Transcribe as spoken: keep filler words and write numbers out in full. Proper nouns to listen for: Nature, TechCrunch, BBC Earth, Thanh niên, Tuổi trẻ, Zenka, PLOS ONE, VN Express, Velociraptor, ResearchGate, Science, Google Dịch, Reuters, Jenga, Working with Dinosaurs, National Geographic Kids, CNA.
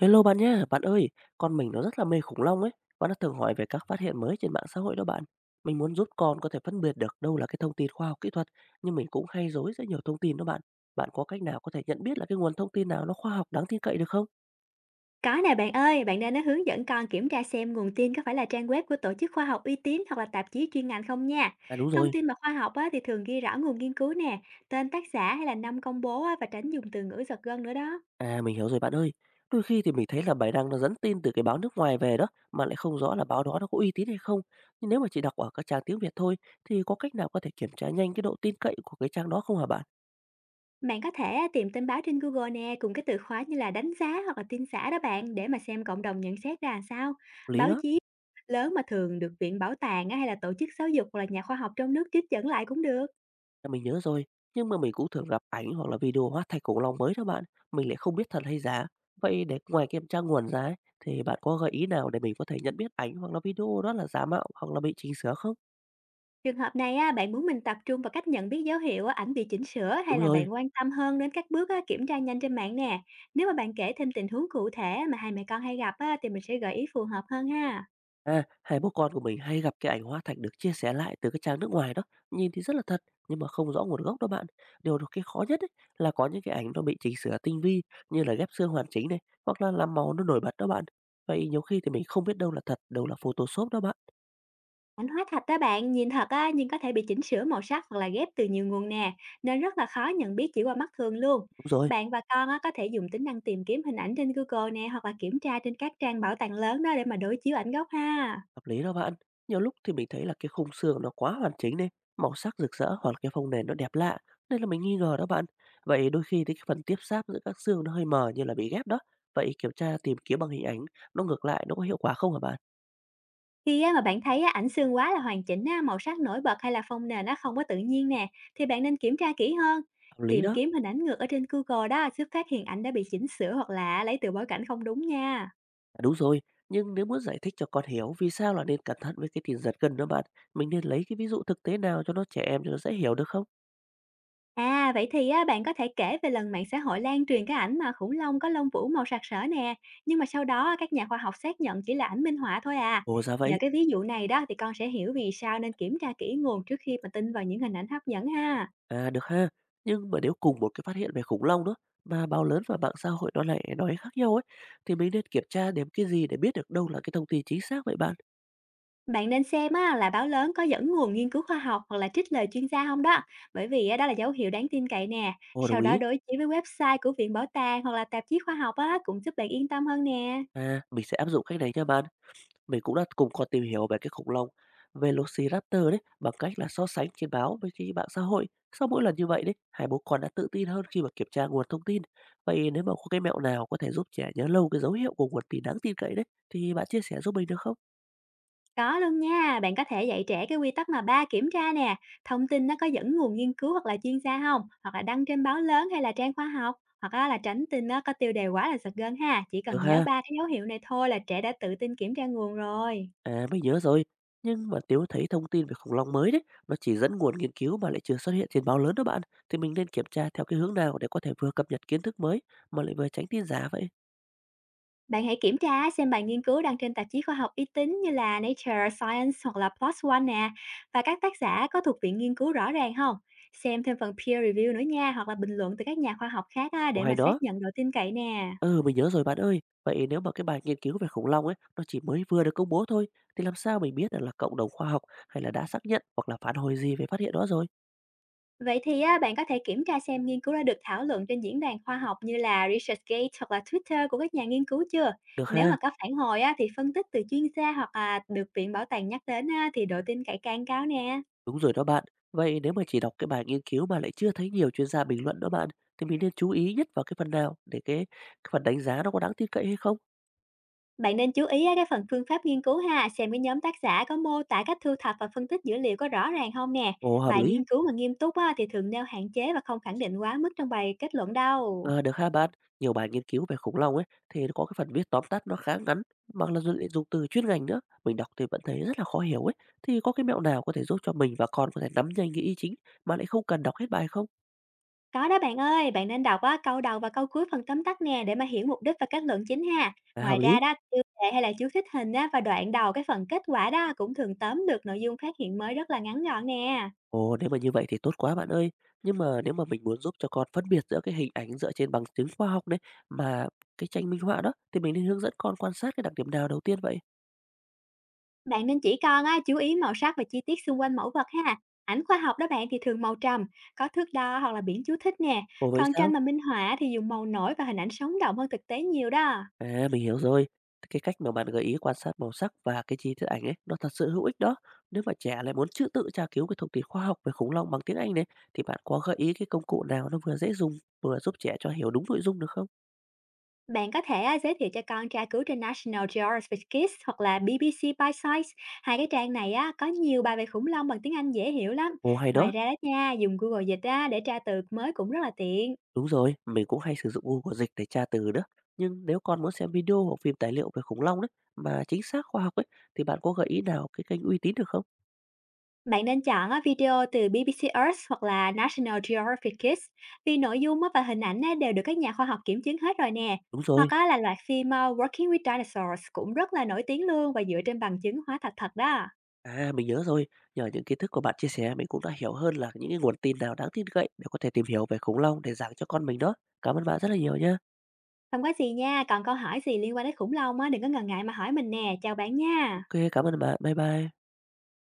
Hello bạn nhá, bạn ơi, con mình nó rất là mê khủng long ấy và nó thường hỏi về các phát hiện mới trên mạng xã hội đó bạn. Mình muốn giúp con có thể phân biệt được đâu là cái thông tin khoa học kỹ thuật, nhưng mình cũng hay rối giữa nhiều thông tin đó bạn. Bạn có cách nào có thể nhận biết là cái nguồn thông tin nào nó khoa học đáng tin cậy được không? Có nè bạn ơi, bạn nên nó hướng dẫn con kiểm tra xem nguồn tin có phải là trang web của tổ chức khoa học uy tín hoặc là tạp chí chuyên ngành không nha. À đúng Thông rồi. tin mà khoa học á, thì thường ghi rõ nguồn nghiên cứu nè, tên tác giả hay là năm công bố á, và tránh dùng từ ngữ giật gân nữa đó. À, mình hiểu rồi bạn ơi. Đôi khi thì mình thấy là bài đăng nó dẫn tin từ cái báo nước ngoài về đó, mà lại không rõ là báo đó nó có uy tín hay không. Nhưng nếu mà chỉ đọc ở các trang tiếng Việt thôi, thì có cách nào có thể kiểm tra nhanh cái độ tin cậy của cái trang đó không hả bạn? Bạn có thể á, tìm tin báo trên Google nè, cùng cái từ khóa như là đánh giá hoặc là tin xã đó bạn, để mà xem cộng đồng nhận xét ra làm sao. Lý Báo đó. chí lớn mà thường được viện bảo tàng á, hay là tổ chức giáo dục hoặc là nhà khoa học trong nước trích dẫn lại cũng được. À, mình nhớ rồi, nhưng mà mình cũng thường gặp ảnh hoặc là video hóa thạch khủng long mới đó bạn, mình lại không biết thật hay giả. Vậy để ngoài kiểm tra nguồn ra ấy, thì bạn có gợi ý nào để mình có thể nhận biết ảnh hoặc là video đó là giả mạo hoặc là bị chỉnh sửa không? Trường hợp này á, bạn muốn mình tập trung vào cách nhận biết dấu hiệu á, ảnh bị chỉnh sửa, hay Đúng là rồi. bạn quan tâm hơn đến các bước á, kiểm tra nhanh trên mạng nè? Nếu mà bạn kể thêm tình huống cụ thể mà hai mẹ con hay gặp á, thì mình sẽ gợi ý phù hợp hơn ha. À, hai bố con của mình hay gặp cái ảnh hóa thạch được chia sẻ lại từ cái trang nước ngoài đó, nhìn thì rất là thật nhưng mà không rõ nguồn gốc đó bạn. Điều đó cái khó nhất ấy, là có những cái ảnh nó bị chỉnh sửa tinh vi, như là ghép xương hoàn chỉnh này, hoặc là làm màu nó nổi bật đó bạn. Vậy nhiều khi thì mình không biết đâu là thật, đâu là Photoshop đó bạn. Ảnh hóa thạch đó bạn, nhìn thật á, nhưng có thể bị chỉnh sửa màu sắc hoặc là ghép từ nhiều nguồn nè, nên rất là khó nhận biết chỉ qua mắt thường luôn. Đúng rồi. Bạn và con á, có thể dùng tính năng tìm kiếm hình ảnh trên Google nè, hoặc là kiểm tra trên các trang bảo tàng lớn đó để mà đối chiếu ảnh gốc ha. Hợp lý đó bạn. Nhiều lúc thì mình thấy là cái khung sườn nó quá hoàn chỉnh đi, màu sắc rực rỡ hoặc là cái phông nền nó đẹp lạ, nên là mình nghi ngờ đó bạn. Vậy đôi khi thì cái phần tiếp giáp giữa các xương nó hơi mờ như là bị ghép đó. Vậy kiểm tra tìm kiếm bằng hình ảnh nó ngược lại nó có hiệu quả không hả bạn? Khi á, mà bạn thấy á, ảnh xương quá là hoàn chỉnh á, màu sắc nổi bật, hay là phông nền nó không có tự nhiên nè, thì bạn nên kiểm tra kỹ hơn. Hợp lý Tìm đó. kiếm hình ảnh ngược ở trên Google đó giúp phát hiện ảnh đã bị chỉnh sửa hoặc là lấy từ bối cảnh không đúng nha. À, đúng rồi, nhưng nếu muốn giải thích cho con hiểu vì sao là nên cẩn thận với cái tiền giật gân đó bạn, mình nên lấy cái ví dụ thực tế nào cho nó trẻ em cho nó dễ hiểu được không? À, vậy thì á, bạn có thể kể về lần mạng xã hội lan truyền cái ảnh mà khủng long có lông vũ màu sặc sỡ nè, nhưng mà sau đó các nhà khoa học xác nhận chỉ là ảnh minh họa thôi à. Ồ ra Nhờ vậy. cái ví dụ này đó, thì con sẽ hiểu vì sao nên kiểm tra kỹ nguồn trước khi mà tin vào những hình ảnh hấp dẫn ha. À, được ha. Nhưng mà nếu cùng một cái phát hiện về khủng long đó, mà báo lớn và mạng xã hội nó lại nói khác nhau ấy, thì mình nên kiểm tra đến cái gì để biết được đâu là cái thông tin chính xác vậy bạn? Bạn nên xem á, là báo lớn có dẫn nguồn nghiên cứu khoa học hoặc là trích lời chuyên gia không đó, bởi vì á, đó là dấu hiệu đáng tin cậy nè. Ồ, đồng Sau đó, ý. đối chiếu với website của Viện Bảo tàng hoặc là tạp chí khoa học á, cũng giúp bạn yên tâm hơn nè. À, mình sẽ áp dụng cách này nha bạn. Mình cũng đã cùng con tìm hiểu về cái khủng long Velociraptor đấy bằng cách là so sánh trên báo với cái mạng xã hội. Sau mỗi lần như vậy đấy, hai bố con đã tự tin hơn khi mà kiểm tra nguồn thông tin. Vậy nếu mà có cái mẹo nào có thể giúp trẻ nhớ lâu cái dấu hiệu của nguồn tin đáng tin cậy đấy, thì bạn chia sẻ giúp mình được không? Có luôn nha, bạn có thể dạy trẻ cái quy tắc mà ba kiểm tra nè: thông tin nó có dẫn nguồn nghiên cứu hoặc là chuyên gia không, hoặc là đăng trên báo lớn hay là trang khoa học, hoặc á, là tránh tin nó có tiêu đề quá là giật gân ha. Chỉ Được cần nhớ ha. ba cái dấu hiệu này thôi là trẻ đã tự tin kiểm tra nguồn rồi. À, mình nhớ rồi. Nhưng mà nếu thấy thông tin về khủng long mới đấy, nó chỉ dẫn nguồn nghiên cứu mà lại chưa xuất hiện trên báo lớn đó bạn, thì mình nên kiểm tra theo cái hướng nào để có thể vừa cập nhật kiến thức mới, mà lại vừa tránh tin giả vậy? Bạn hãy kiểm tra xem bài nghiên cứu đăng trên tạp chí khoa học uy tín như là Nature, Science hoặc là pê lờ ô ét ôn nè, và các tác giả có thuộc viện nghiên cứu rõ ràng không? Xem thêm phần peer review nữa nha, hoặc là bình luận từ các nhà khoa học khác á, Ồ để mà hay đó. xác nhận độ tin cậy nè. Ừ, mình nhớ rồi bạn ơi. Vậy nếu mà cái bài nghiên cứu về khủng long ấy, nó chỉ mới vừa được công bố thôi, thì làm sao mình biết được là cộng đồng khoa học hay là đã xác nhận hoặc là phản hồi gì về phát hiện đó rồi? Vậy thì á, bạn có thể kiểm tra xem nghiên cứu đã được thảo luận trên diễn đàn khoa học như là ResearchGate hoặc là Twitter của các nhà nghiên cứu chưa? Được Nếu mà ha. có phản hồi á, thì phân tích từ chuyên gia hoặc là được viện bảo tàng nhắc đến á, thì độ tin cậy càng cao nè. Đúng rồi đó bạn. Vậy nếu mà chỉ đọc cái bài nghiên cứu mà lại chưa thấy nhiều chuyên gia bình luận đó bạn, thì mình nên chú ý nhất vào cái phần nào để cái, cái phần đánh giá nó có đáng tin cậy hay không? Bạn nên chú ý á, cái phần phương pháp nghiên cứu ha, xem cái nhóm tác giả có mô tả cách thu thập và phân tích dữ liệu có rõ ràng không nè. Ồ, hợp Bài lý. nghiên cứu mà nghiêm túc á, thì thường nêu hạn chế và không khẳng định quá mức trong bài kết luận đâu. Ờ, được ha bạn. Nhiều bài nghiên cứu về khủng long ấy thì nó có cái phần viết tóm tắt nó khá ngắn, mà là dùng, lại dùng từ chuyên ngành nữa. Mình đọc thì vẫn thấy rất là khó hiểu ấy. Thì có cái mẹo nào có thể giúp cho mình và con có thể nắm nhanh cái ý chính mà lại không cần đọc hết bài không? Có đó bạn ơi, bạn nên đọc á, câu đầu và câu cuối phần tóm tắt nè, để mà hiểu mục đích và kết luận chính ha. À, Ngoài hợp lý. ra đó, tiêu đề hay là chú thích hình á, và đoạn đầu cái phần kết quả đó cũng thường tóm được nội dung phát hiện mới rất là ngắn gọn nè. Ồ, nếu mà như vậy thì tốt quá bạn ơi. Nhưng mà nếu mà mình muốn giúp cho con phân biệt giữa cái hình ảnh dựa trên bằng chứng khoa học đấy, mà cái tranh minh họa đó, thì mình nên hướng dẫn con quan sát cái đặc điểm nào đầu tiên vậy? Bạn nên chỉ con á, chú ý màu sắc và chi tiết xung quanh mẫu vật ha. Ảnh khoa học đó bạn thì thường màu trầm, có thước đo hoặc là biển chú thích nè. Ồ vậy Còn sao? tranh mà minh họa thì dùng màu nổi và hình ảnh sống động hơn thực tế nhiều đó. À mình hiểu rồi. Cái cách mà bạn gợi ý quan sát màu sắc và cái chi tiết ảnh ấy nó thật sự hữu ích đó. Nếu mà trẻ lại muốn tự tự tra cứu cái thông tin khoa học về khủng long bằng tiếng Anh đấy, thì bạn có gợi ý cái công cụ nào nó vừa dễ dùng, vừa giúp trẻ cho hiểu đúng nội dung được không? Bạn có thể à, giới thiệu cho con tra cứu trên National Geographic Kids hoặc là bê bê xê By Science. Hai cái trang này á, có nhiều bài về khủng long bằng tiếng Anh dễ hiểu lắm. Ồ hay Ngoài đó. ra đó nha, dùng Google Dịch á, để tra từ mới cũng rất là tiện. Đúng rồi, mình cũng hay sử dụng Google Dịch để tra từ nữa. Nhưng nếu con muốn xem video hoặc phim tài liệu về khủng long đấy mà chính xác khoa học ấy, thì bạn có gợi ý nào cái kênh uy tín được không? Bạn nên chọn á, video từ bê bê xê Earth hoặc là National Geographic Kids, vì nội dung á và hình ảnh á đều được các nhà khoa học kiểm chứng hết rồi nè. Đúng Hoặc rồi. á là loạt phim ờ, Working with Dinosaurs cũng rất là nổi tiếng luôn, và dựa trên bằng chứng hóa thạch thật đó. À mình nhớ rồi, nhờ những kiến thức của bạn chia sẻ mình cũng đã hiểu hơn là những cái nguồn tin nào đáng tin cậy để có thể tìm hiểu về khủng long để giảng cho con mình đó. Cảm ơn bạn rất là nhiều nhé. Không có gì nha, còn câu hỏi gì liên quan đến khủng long á, đừng có ngần ngại mà hỏi mình nè, chào bạn nha. Ok, cảm ơn bạn. Bye bye.